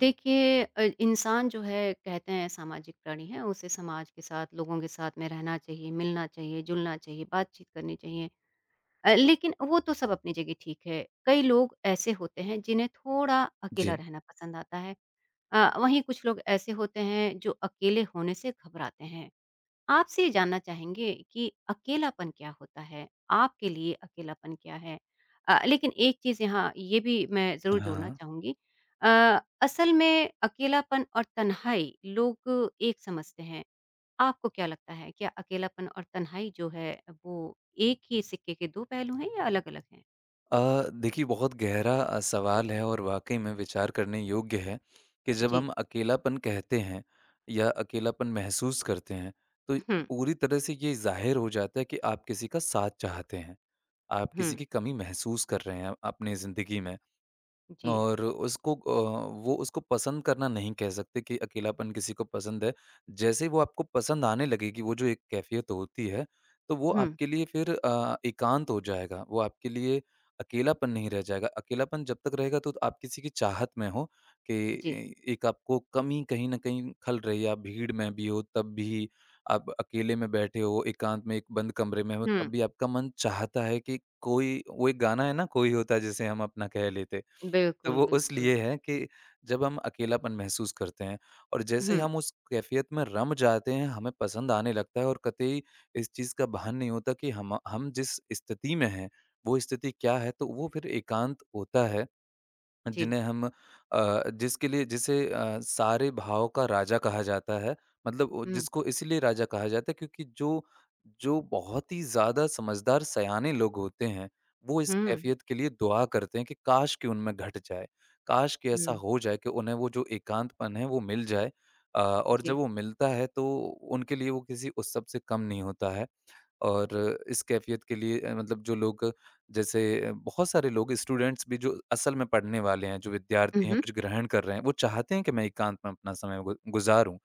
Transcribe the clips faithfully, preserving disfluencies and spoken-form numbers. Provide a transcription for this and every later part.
देखिए अ, इंसान जो है कहते हैं सामाजिक प्राणी है उसे समाज के साथ लोगों के साथ में रहना चाहिए मिलना चाहिए जुलना चाहिए बातचीत करनी चाहिए। अ, लेकिन वो तो सब अपनी जगह ठीक है, कई लोग ऐसे होते हैं जिन्हें थोड़ा अकेला जी, रहना पसंद आता है। अ, वहीं कुछ लोग ऐसे होते हैं जो अकेले होने से घबराते हैं। आपसे ये जानना चाहेंगे कि अकेलापन क्या होता है? आपके लिए अकेलापन क्या है? अ, लेकिन एक चीज़ यहाँ ये भी मैं ज़रूर जोड़ना हाँ। चाहूँगी। अ, असल में अकेलापन और तन्हाई लोग एक समझते हैं। आपको क्या लगता है? क्या अकेलापन और तन्हाई जो है वो एक ही सिक्के के दो पहलू हैं या अलग-अलग हैं? अ, देखिए बहुत गहरा अ, सवाल है और वाक़ई में विचार करने योग्य है कि जब जी। हम अकेलापन कहते हैं या अकेलापन महसूस करते हैं, तो हुँ, पूरी तरह से ये ज़ाहिर हो जाता है कि आप किसी का साथ चाहते हैं। आप हुँ, किसी की कमी महसूस कर रहे हैं अपनी ज़िंदगी में। जी। और उसको अ, वो उसको पसंद करना नहीं कह सकते कि अकेलापन किसी को पसंद है। जैसे ही वो आपको पसंद आने लगेगी, वो जो एक कैफ़ियत होती है, तो वो हुँ, आपके लिए फिर अ, एकांत हो जाएगा। वो आपके लिए अकेलापन नहीं रह जाएगा। अकेलापन जब तक रहेगा तो आप किसी की चाहत में हो कि जी। ए एक आपको कमी कहीं न कहीं खल रही है। आप भीड़ में भी हो तब भी, आप अकेले में बैठे हो, एकांत में एक बंद कमरे में हो हुँ, तब भी आपका मन चाहता है कि कोई वो एक गाना है ना कोई होता जिसे हम अपना कह लेते। तो बिल्कुल, वो उस बिल्कुल। लिए है कि जब हम अकेलापन महसूस करते हैं और जैसे ही हुँ, हम उस कैफ़ियत में रम जाते हैं, हमें पसंद आने लगता है और कतई इस चीज़ का भान नहीं होता कि हम हम जिस स्थिति में हैं, वो स्थिति क्या है? तो वो फिर एकांत होता है जी। जिन्हें हम अ, जिसके लिए जिसे अ, सारे भाव का राजा कहा जाता है। मतलब वो हुँ, जिसको इसीलिए राजा कहा जाता है क्योंकि जो जो बहुत ही ज़्यादा समझदार सयाने लोग होते हैं, वो इस हुँ, कैफ़ियत के लिए दुआ करते हैं कि काश कि उनमें घट जाए। काश कि ऐसा हुँ, हो जाए कि उन्हें वो जो एकांतपन है वो मिल जाए। अ, और जब जी। वो मिलता है तो उनके लिए वो किसी उत्सव से कम नहीं होता है। और इस कैफ़ियत के लिए, अ, मतलब जो लोग, जैसे बहुत सारे लोग स्टूडेंट्स भी, जो असल में पढ़ने वाले हैं, जो हुँ, विद्यार्थी हैं, हुँ, कुछ ग्रहण कर रहे हैं, वो चाहते हैं कि मैं एकांत में अपना समय गु गुज़ारूँ।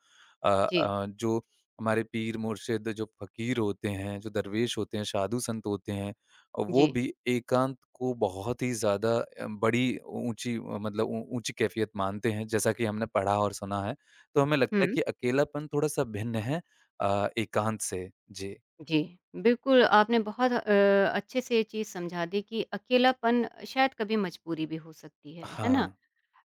अ जी। अ, जो हमारे पीर मुर्शिद, जो फ़कीर होते हैं, जो दरवेश होते हैं, साधु संत होते हैं, अ, वो जी। भी एकांत को बहुत ही ज़्यादा अ, बड़ी ऊँची, मतलब ऊ ऊँची कैफ़ियत मानते हैं, जैसा कि हमने पढ़ा और सुना है। तो हमें लगता है हुँ। कि अकेलापन थोड़ा-सा भिन्न है अ, एकांत से। जी। जी, बिल्कुल आपने बहुत अ, अच्छे से ये चीज़ समझा दी कि अकेलापन शायद कभी मजबूरी भी हो सकती है, है ना? हाँ।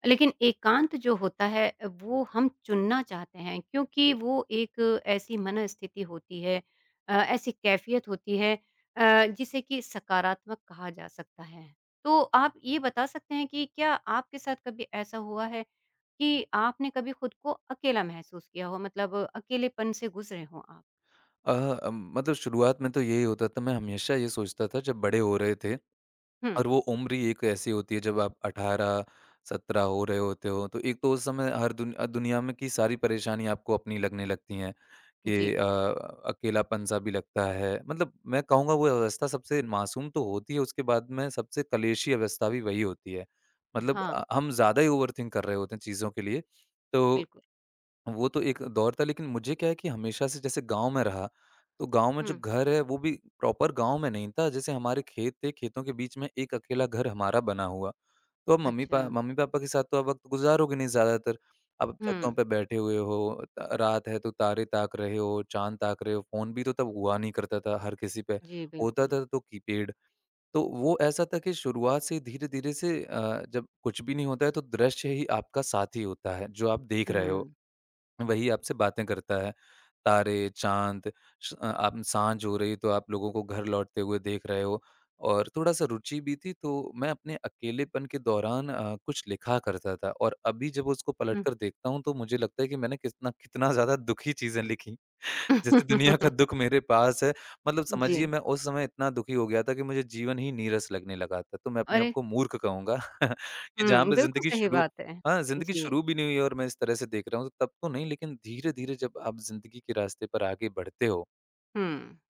लेकिन एकांत जो होता है वो हम चुनना चाहते हैं क्योंकि वो एक ऐसी मनःस्थिति होती है, अ, ऐसी कैफ़ियत होती है, अ, जिसे कि सकारात्मक कहा जा सकता है। तो आप ये बता सकते हैं कि क्या आपके साथ कभी ऐसा हुआ है कि आपने कभी खुद को अकेला महसूस किया हो, मतलब अकेलेपन से गुज़रे हों आप? अ, अम, मतलब शुरुआत में तो यही होता था, मैं हमेशा ये सोचता था जब बड़े हो रहे थे हुँ। और वो उम्र ही एक ऐसी होती है जब आप अठारह सत्रह हो रहे होते हो, तो एक तो उस समय हर दुन अ, दुनिया में की सारी परेशानी आपको अपनी लगने लगती हैं कि जी, अ, अकेलापन-सा भी लगता है। मतलब मैं कहूँगा वो अवस्था सबसे मासूम तो होती है, उसके बाद में सबसे कलेशी अवस्था भी वही होती है। मतलब हाँ, अ, हम ज़्यादा ही ओवरथिंक कर रहे होते हैं चीज़ों के लिए, तो बिल्कुल। वो तो एक दौर था। लेकिन मुझे क्या है कि हमेशा से जैसे गाँव में रहा, तो गाँव में जो हुँ, घर है वो भी प्रॉपर गाँव में नहीं था, जैसे हमारे खेत थे, खेतों के बीच में एक अकेला घर हमारा बना हुआ। तो अब मम्मी पा अच्छा, मम्मी-पापा के साथ तो आप वक़्त गुज़ारोगे नहीं ज़्यादातर। आप छतों हुँ, पे बैठे हुए हो, त रात है तो तारे ताक रहे हो, चाँद ताक रहे हो, फ़ोन भी तो तब हुआ नहीं करता था हर किसी पे, जी, होता बिल्कुल, था तो कीपैड। तो वो ऐसा था कि शुरुआत से धीरे-धीरे से, अ, जब कुछ भी नहीं होता है तो दृश्य ही आपका साथी होता है, जो आप देख रहे हो। हुँ, वही आपसे बातें करता है। तारे, चाँद, श अ, आप साँझ हो रही तो आप लोगों को घर लौटते हुए देख रहे हो, और थोड़ा-सा रुचि भी थी तो मैं अपने अकेलेपन के दौरान अ, कुछ लिखा करता था, और अभी जब उसको पलट हुँ। कर देखता हूँ तो मुझे लगता है कि मैंने कितना कितना ज़्यादा दुखी चीज़ें लिखी। जैसे दुनिया का दुख मेरे पास है, मतलब जी, समझिए मैं उस समय इतना दुखी हो गया था कि मुझे जीवन ही नीरस लगने लगा था, तो मैं अपने आप अरे, को मूर्ख कहूँगा कि जहाँ हुँ, पे बिल्कुल ज़िंदगी सही शुरू, बात है। हाँ, ज़िंदगी जी, शुरू भी नहीं हुई और मैं इस तरह से देख रहा हूँ, तो तब तो नहीं, लेकिन धीरे-धीरे जब आप ज़िंदगी के रास्ते पर आगे बढ़ते हो हुँ,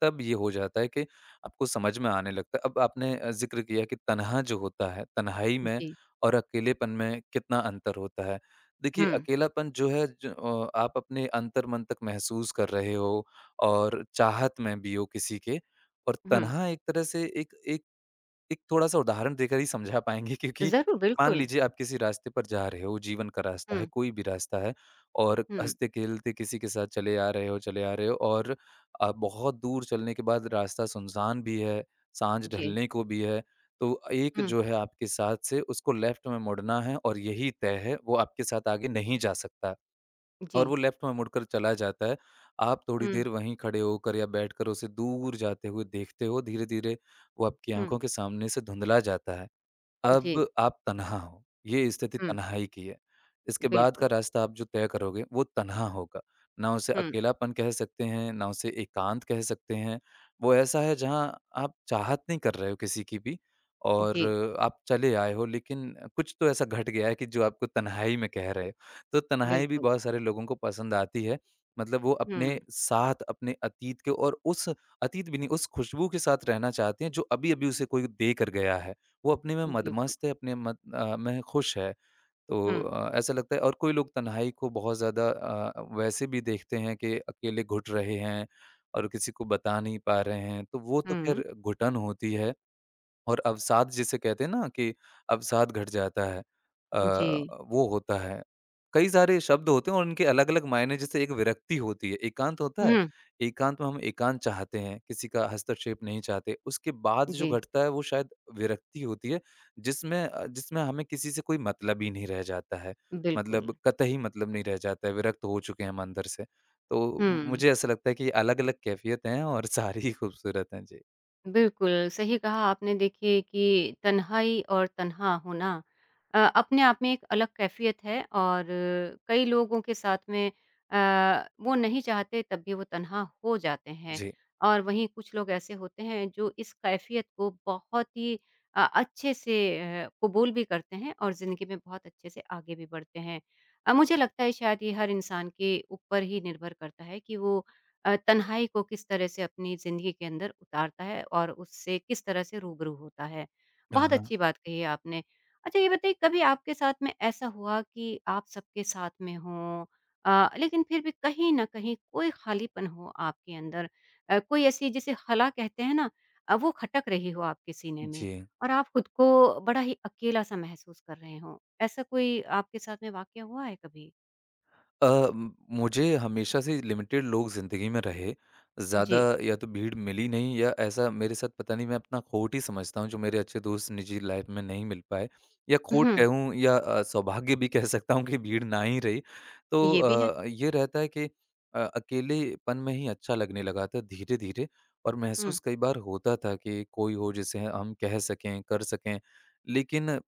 तब ये हो जाता है कि आपको समझ में आने लगता है। अब आपने अ, ज़िक्र किया कि तन्हा जो होता है, तन्हाई में जी, और अकेलेपन में कितना अंतर होता है। देखिए, हुँ, अकेलापन जो है, ज अ, आप अपने अंतर्मन तक महसूस कर रहे हो और चाहत में भी हो किसी के, और हुँ, तन्हा एक तरह से, एक एक एक थोड़ा-सा उदाहरण देकर ही समझा पाएँगे, क्योंकि ज़रूर, मान बिल्कुल, लीजिए आप किसी रास्ते पर जा रहे हो, जीवन का रास्ता है, हुँ, कोई भी रास्ता है, और हुँ, हँसते-खेलते किसी के साथ चले आ रहे हो, चले आ रहे हो और आप बहुत दूर चलने के बाद रास्ता सुनसान भी है, साँझ जी, ढलने को भी है, तो एक हुँ, जो है आपके साथ से, उसको लेफ्ट में मुड़ना है और यही तय है, वो आपके साथ आगे नहीं जा सकता। है। और जी, वो लेफ्ट में मुड़कर चला जाता है। आप थोड़ी हुँ, देर वहीं खड़े होकर या बैठकर उसे दूर जाते हुए देखते हो, धीरे-धीरे वो आपकी हुँ, आँखों के सामने से धुँधला जाता है। अब जी, आप तन्हा हो, ये स्थिति हुँ, तन्हाई की है। इसके बाद का बिल्कुल, रास्ता आप जो तय करोगे वो तन्हा होगा। ना उसे हुँ, अकेलापन कह सकते हैं, ना उसे एकांत कह सकते हैं। वो ऐसा है जहाँ आप चाहत नहीं कर रहे हो किसी की भी, और जी, आप चले आए हो, लेकिन कुछ तो ऐसा घट गया है कि जो आपको तन्हाई में कह रहे हो। तो तन्हाई भी बिल्कुल, बहुत सारे लोगों को पसंद आती है। मतलब वो हुँ, अपने साथ, अपने अतीत के, और उस अतीत भी नहीं, उस खुशबू के साथ रहना चाहते हैं जो अभी-अभी उसे कोई देकर गया है। वो अपने में बिल्कुल, मदमस्त है, अपने मत अ, में खुश है। तो हुँ, अ, ऐसा लगता है। और कोई लोग तन्हाई को बहुत ज़्यादा, अ, वैसे भी देखते हैं कि अकेले घुट रहे हैं और किसी को बता नहीं पा रहे हैं, तो वो तो हुँ, ख़ैर घुटन होती है। और अवसाद जिसे कहते हैं ना, कि अवसाद घट जाता है, अ, जी, वो होता है। कई सारे शब्द होते हैं और उनके अलग-अलग मायने, जैसे एक विरक्ति होती है, एकांत होता है, हुँ, एकांत में हम एकांत चाहते हैं, किसी का हस्तक्षेप नहीं चाहते। उसके बाद जो जी, घटता है वो शायद विरक्ति होती है जिसमें अ, जिसमें हमें किसी से कोई मतलब ही नहीं रह जाता है। बिल्कुल, मतलब कतई मतलब नहीं रह जाता है, विरक्त हो चुके हैं हम अंदर से। तो मु हुँ। मुझे ऐसा लगता है कि अलग-अलग कैफ़ियत हैं और सारी ही खूबसूरत हैं। जी। बिल्कुल, सही कहा आपने। देखिए कि तन्हाई और तन्हा होना अ, अपने आप में एक अलग कैफ़ियत है, और कई लोगों के साथ में अ, वो नहीं चाहते तब भी वो तन्हा हो जाते हैं। जी। और वहीं कुछ लोग ऐसे होते हैं जो इस कैफ़ियत को बहुत ही अ, अच्छे से अ, कबूल भी करते हैं और ज़िंदगी में बहुत अच्छे से आगे भी बढ़ते हैं। अ, मुझे लगता है शायद ये हर इंसान के ऊपर ही निर्भर करता है कि वो अ, तन्हाई को किस तरह से अपनी ज़िंदगी के अंदर उतारता है और उससे किस तरह से रूबरू होता है। हाँ, बहुत हाँ। अच्छी बात कही है आपने। अच्छा ये बताइए, कभी आपके साथ में ऐसा हुआ कि आप सबके साथ में हों, अ, लेकिन फिर भी कहीं न कहीं कोई खालीपन हो आपके अंदर, अ, कोई ऐसी जिसे खला कहते हैं ना, अ, वो खटक रही हो आपके सीने में, जी। और आप खुद को बड़ा ही अकेला-सा महसूस कर रहे हों। ऐसा कोई आपके साथ में वाक़या हुआ है कभी? अ, म- मुझे हमेशा से लिमिटेड लोग ज़िंदगी में रहे जी। ज़्यादा। या तो भीड़ मिली नहीं, या ऐसा मेरे साथ, पता नहीं, मैं अपना खोट ही समझता हूँ जो मेरे अच्छे दोस्त निजी लाइफ में नहीं मिल पाए, या खोट हुँ, कहूँ या अ, सौभाग्य भी कह सकता हूँ कि भीड़ ना ही रही। तो ये भी है। अ, ये रहता है कि अ, अकेलेपन में ही अच्छा लगने लगा था धीरे धीरे, और हुँ। महसूस कई बार होता था कि कोई हो जिसे हम कह सकें, कर सकें। लेकिन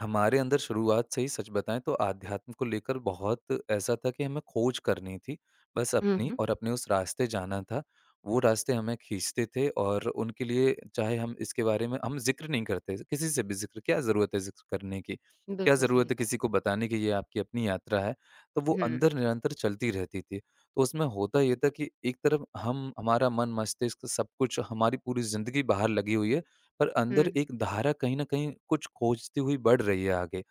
हमारे अंदर शुरुआत से ही, सच बताएँ, तो आध्यात्म को लेकर बहुत ऐसा था कि हमें खोज करनी थी, बस हुँ, अपनी हुँ। और अपने उस रास्ते जाना था। वो रास्ते हमें खींचते थे, और उनके लिए, चाहे हम इसके बारे में हम ज़िक्र नहीं करते, किसी से भी ज़िक्र, क्या ज़रूरत है ज़िक्र करने की? क्या बिल्कुल सही ज़रूरत है बात। किसी को बताने की, ये आपकी अपनी यात्रा है? तो वो हुँ, अंदर निरंतर चलती रहती थी। तो उसमें होता ये था कि एक तरफ हम, हमारा मन, मस्तिष्क, सब कुछ, हमारी पूरी ज़िंदगी बाहर लगी हुई है, पर अंदर हुँ, एक धारा कहीं न कहीं कुछ खोजती हुई बढ़ रही है आगे।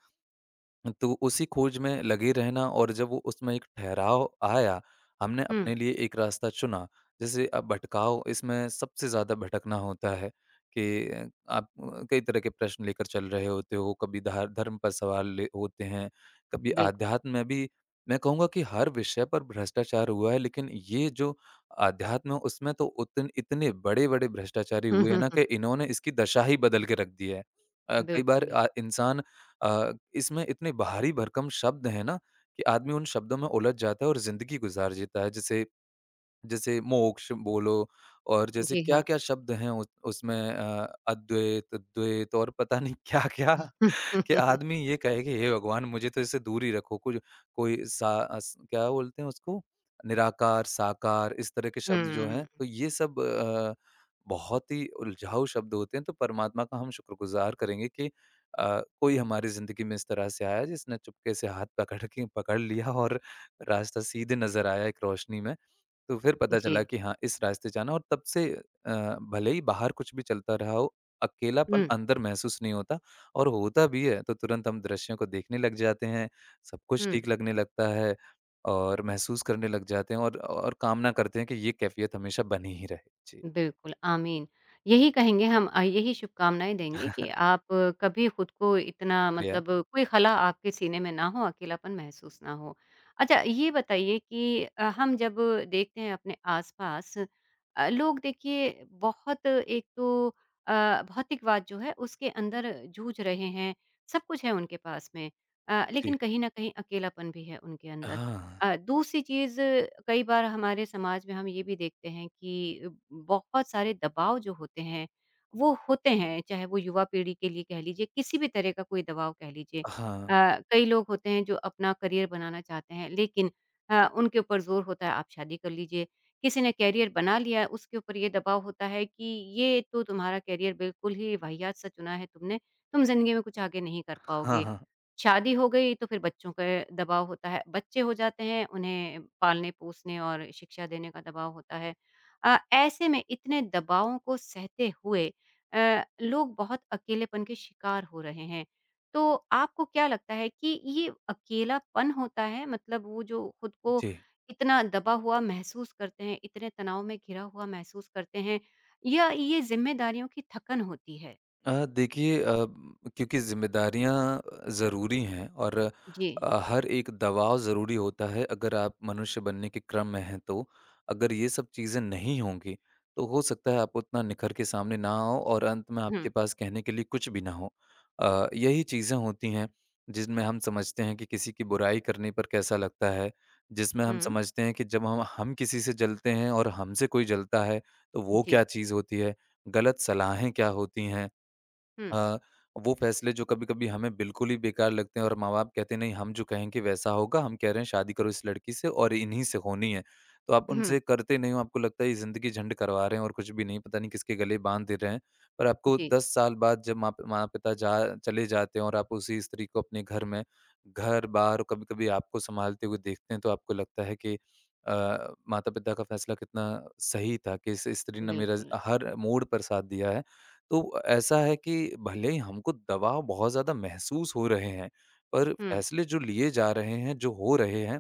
तो उसी खोज में लगे रहना, और जब वो उसमें एक ठहराव आया, हमने हुँ, अपने लिए एक रास्ता चुना। जैसे अब भटकाव, इसमें सबसे ज़्यादा भटकना होता है कि आप कई तरह के प्रश्न लेकर चल रहे होते हो, कभी धा धर्म पर सवाल ले होते हैं, कभी बिल्कुल। आध्यात्म में भी। मैं कहूँगा कि हर विषय पर भ्रष्टाचार हुआ है, लेकिन ये जो आध्यात्म है, उसमें तो उतन इतने बड़े-बड़े भ्रष्टाचारी हुँ, हुए हैं हुँ, ना, हुँ, कि इन्होंने इसकी दशा ही बदल के रख दी है। अ, कई बार बिल्कुल, अ, इंसान, अ, इसमें इतने भारी भरकम शब्द हैं ना कि आदमी उन शब्दों में उलझ जाता है और ज़िंदगी गुज़ार जीता है। जैसे, जैसे मोक्ष बोलो, और जैसे जी हाँ। क्या-क्या शब्द हैं उस उसमें, अ, अद्वैत, द्वैत और पता नहीं क्या-क्या, कि आदमी ये कहे कि हे भगवान, मुझे तो इससे दूर ही रखो। कुछ कोई सा, अस क्या बोलते हैं उसको? निराकार, साकार इस तरह के शब्द जो हुँ, हैं तो ये सब अ, बहुत ही उलझाऊ शब्द होते हैं। तो परमात्मा का हम शुक्रगुज़ार करेंगे कि अ, कोई हमारी ज़िंदगी में इस तरह से आया जिसने चुपके से हाथ पकड़ के पकड़ लिया और रास्ता सीधे नज़र आया एक रोशनी में। तो फिर पता चला जी, कि हाँ, इस रास्ते जाना और तब से अ, भले ही बाहर कुछ भी चलता रहा हो, अकेलापन हुँ, अंदर महसूस नहीं होता। और होता भी है, तो तुरंत हम दृश्यों को देखने लग जाते हैं, सब कुछ हुँ। ठीक लगने लगता है और महसूस करने लग जाते हैं और और कामना करते हैं कि ये कैफ़ियत हमेशा बनी ही रहे। जी। बिल्कुल, आमीन। यही कहेंगे हम, अ, यही शुभकामनाएँ देंगे कि बिल्कुल। आप अ, कभी खुद को इतना, शुक्रिया। मतलब कोई खला आपके सीने में ना हो, अकेलापन महसूस ना हो। अच्छा ये बताइए कि अ, हम जब देखते हैं अपने आस-पास, अ, लोग, देखिए बहुत, एक तो अ, भौतिकवाद जो है उसके अंदर जूझ रहे हैं, सब कुछ है उनके पास में, अ, जी। लेकिन कहीं न कहीं अकेलापन भी है उनके अंदर। हाँ। अ, दूसरी चीज़, कई बार हमारे समाज में हम ये भी देखते हैं कि बहुत सारे दबाव जो होते हैं, वो होते हैं, चाहे वो युवा पीढ़ी के लिए कह लीजिए, किसी भी तरह का कोई दबाव कह लीजिए। हाँ। अ, कई लोग होते हैं जो अपना करियर बनाना चाहते हैं, लेकिन अ, उनके ऊपर ज़ोर होता है आप शादी कर लीजिए। किसी ने करियर बना लिया है, उसके ऊपर ये दबाव होता है कि ये तो तुम्हारा करियर बिल्कुल ही वाहियात सा चुना है तुमने, तुम ज़िंदगी में कुछ आगे नहीं कर हाँ, पाओगे। हाँ। शादी हो गई तो फिर बच्चों का दबाव होता है, बच्चे हो जाते हैं उन्हें पालने-पोसने और शिक्षा देने का दबाव होता है। अ, ऐसे में इतने दबावों को सहते हुए अ, लोग बहुत अकेलेपन के शिकार हो रहे हैं। तो आपको क्या लगता है कि ये अकेलापन होता है, मतलब वो जो खुद को जी। इतना दबा हुआ महसूस करते हैं, इतने तनाव में घिरा हुआ महसूस करते हैं, या ये ज़िम्मेदारियों की थकन होती है? अ, देखिए, अ, क्योंकि ज़िम्मेदारियाँ ज़रूरी हैं। और जी। अ, हर एक दबाव ज़रूरी होता है अगर आप मनुष्य बनने के क्रम में हैं तो। अगर ये सब चीज़ें नहीं होंगी, तो हो सकता है आप उतना निखर के सामने ना आओ और अंत में हुँ, आपके पास कहने के लिए कुछ भी ना हो। अ, यही चीज़ें होती हैं जिनमें हम समझते हैं कि किसी की बुराई करने पर कैसा लगता है, जिसमें हम हुँ। समझते हैं कि जब हम हम किसी से जलते हैं और हमसे कोई जलता है, तो वो जी। क्या चीज़ होती है, गलत सलाहें क्या होती हैं। हुँ, अ, वो फैसले जो कभी-कभी हमें बिल्कुल ही बेकार लगते हैं और माँ-बाप कहते हैं नहीं हम जो कहेंगे वैसा होगा, हम कह रहे हैं शादी करो इस लड़की से और इन्हीं से होनी है। तो आप हुँ। उनसे करते नहीं हो, आपको लगता है ये ज़िंदगी झंड करवा रहे हैं और कुछ भी नहीं, पता नहीं किसके गले बाँध दे रहे हैं। पर आपको जी, दस साल बाद जब माँ माता-पिता जा चले जाते हैं और आप उसी स्त्री को अपने घर में, घर-बार और कभी-कभी आपको सँभालते हुए देखते हैं तो आपको लगता है कि अ, माता-पिता का फैसला कितना सही था कि इस स्त्री ने मेरा बिल्कुल। हर मोड़ पर साथ दिया है। तो ऐसा है कि भले ही हमको दबाव बहुत ज़्यादा महसूस हो रहे हैं, पर हुँ। फैसले जो लिए जा रहे हैं, जो हो रहे हैं,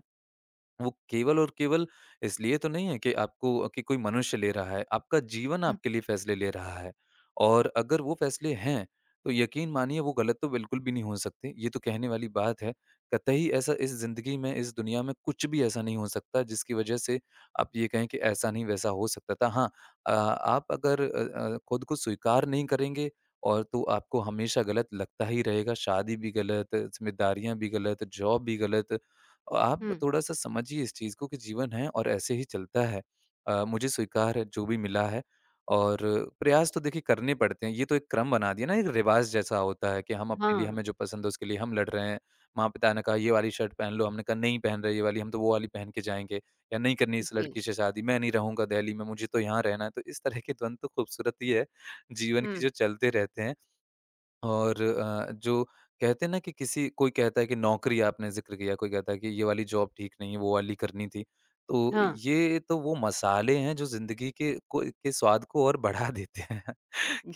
वो केवल और केवल इसलिए तो नहीं है कि आपको कि कोई मनुष्य ले रहा है, आपका जीवन हुँ, आपके लिए फैसले ले रहा है। और अगर वो फैसले हैं, तो यकीन मानिए वो गलत तो बिल्कुल भी नहीं हो सकते। ये तो कहने वाली बात है। कतई ऐसा इस ज़िंदगी में, इस दुनिया में कुछ भी ऐसा नहीं हो सकता जिसकी वजह से आप ये कहें कि ऐसा नहीं वैसा हो सकता था। हाँ, अ, आप अगर अ अ, खुद को स्वीकार नहीं करेंगे और तो आपको हमेशा गलत लगता ही रहेगा। शादी भी गलत, ज़िम्मेदारियाँ भी गलत, जॉब भी गलत। आप हुँ। थोड़ा-सा समझिए इस चीज़ को कि जीवन है और ऐसे ही चलता है। अ, मुझे स्वीकार है जो भी मिला है और प्रयास तो देखिए करने पड़ते हैं। ये तो एक क्रम बना दिया ना, एक रिवाज़ जैसा होता है कि हम अपने लिए, हाँ, हमें जो पसंद है उसके लिए हम लड़ रहे हैं। माँ-पिता ने कहा ये वाली शर्ट पहन लो, हमने कहा नहीं पहन रहे ये वाली, हम तो वो वाली पहन के जाएँगे या नहीं करनी इस जी। लड़की से शादी, मैं नहीं रहूँगा दहली में, मुझे तो यहाँ रहना है। तो इस तरह के द्वंद तो खूबसूरती है जीवन की, हुँ। जो चलते रहते हैं। और अ, जो कहते हैं ना कि किसी कोई कहता है कि नौकरी आपने ज़िक्र किया, कोई कहता है कि ये वाली जॉब ठीक नहीं है, वो वाली करनी थी। तो हाँ, ये तो वो मसाले हैं जो ज़िंदगी के को के स्वाद को और बढ़ा देते हैं।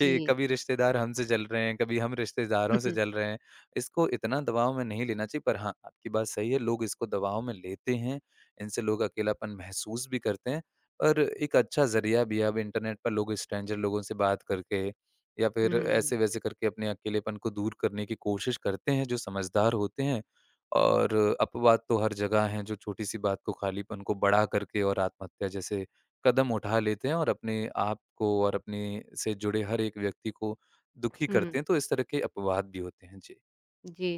जी। कभी रिश्तेदार हमसे जल रहे हैं, कभी हम रिश्तेदारों से जल रहे हैं। इसको इतना दबाव में नहीं लेना चाहिए, पर हाँ, आपकी बात सही है, लोग इसको दबाव में लेते हैं, इनसे लोग अकेलापन महसूस भी करते हैं। और एक अच्छा ज़रिया भी है, अब इंटरनेट पर लोग स्ट्रेंजर लोगों से बात करके या फिर ऐसे-वैसे करके अपने अकेलेपन को दूर करने की कोशिश करते हैं, जो समझदार होते हैं। और अपवाद तो हर जगह हैं, जो छोटी-सी बात को, खालीपन को बड़ा करके और आत्महत्या जैसे कदम उठा लेते हैं और अपने आप को और अपने से जुड़े हर एक व्यक्ति को दुखी हुँ। करते हैं, तो इस तरह के अपवाद भी होते हैं। जी। जी।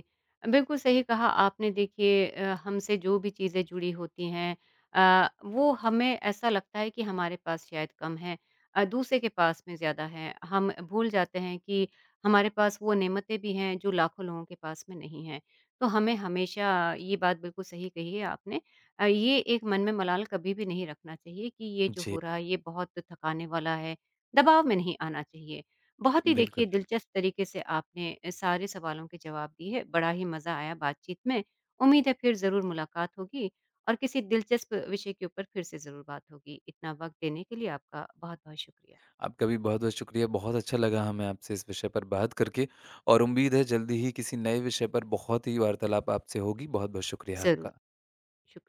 बिल्कुल सही कहा आपने। देखिए, अ, हमसे जो भी चीज़ें जुड़ी होती हैं अ, वो हमें ऐसा लगता है कि हमारे पास शायद कम है, अ, दूसरे के पास में ज़्यादा है। हम भूल जाते हैं कि हमारे पास वो नेमतें भी हैं जो लाखों लोगों के पास में नहीं हैं। तो हमें हमेशा ये बात, बिल्कुल सही कही है आपने। अ, ये एक मन में मलाल कभी भी नहीं रखना चाहिए कि ये जो जी, हो रहा है ये बहुत थकाने वाला है, दबाव में नहीं आना चाहिए। बहुत ही, देखिए, बिल्कुल। दिलचस्प तरीके से आपने अ, सारे सवालों के जवाब दिए हैं। बड़ा ही मज़ा आया बातचीत में। उम्मीद है फिर ज़रूर मुलाकात होगी और किसी दिलचस्प विषय के ऊपर फिर से ज़रूर बात होगी। इतना वक़्त देने के लिए आपका बहुत-बहुत शुक्रिया। आपका भी बहुत-बहुत शुक्रिया। बहुत अच्छा लगा हमें आपसे इस विषय पर बात करके और उम्मीद है जल्दी ही किसी नए विषय पर बहुत ही वार्तालाप आपसे होगी। बहुत-बहुत शुक्रिया ज़रूर, आपका। शुक्रिया।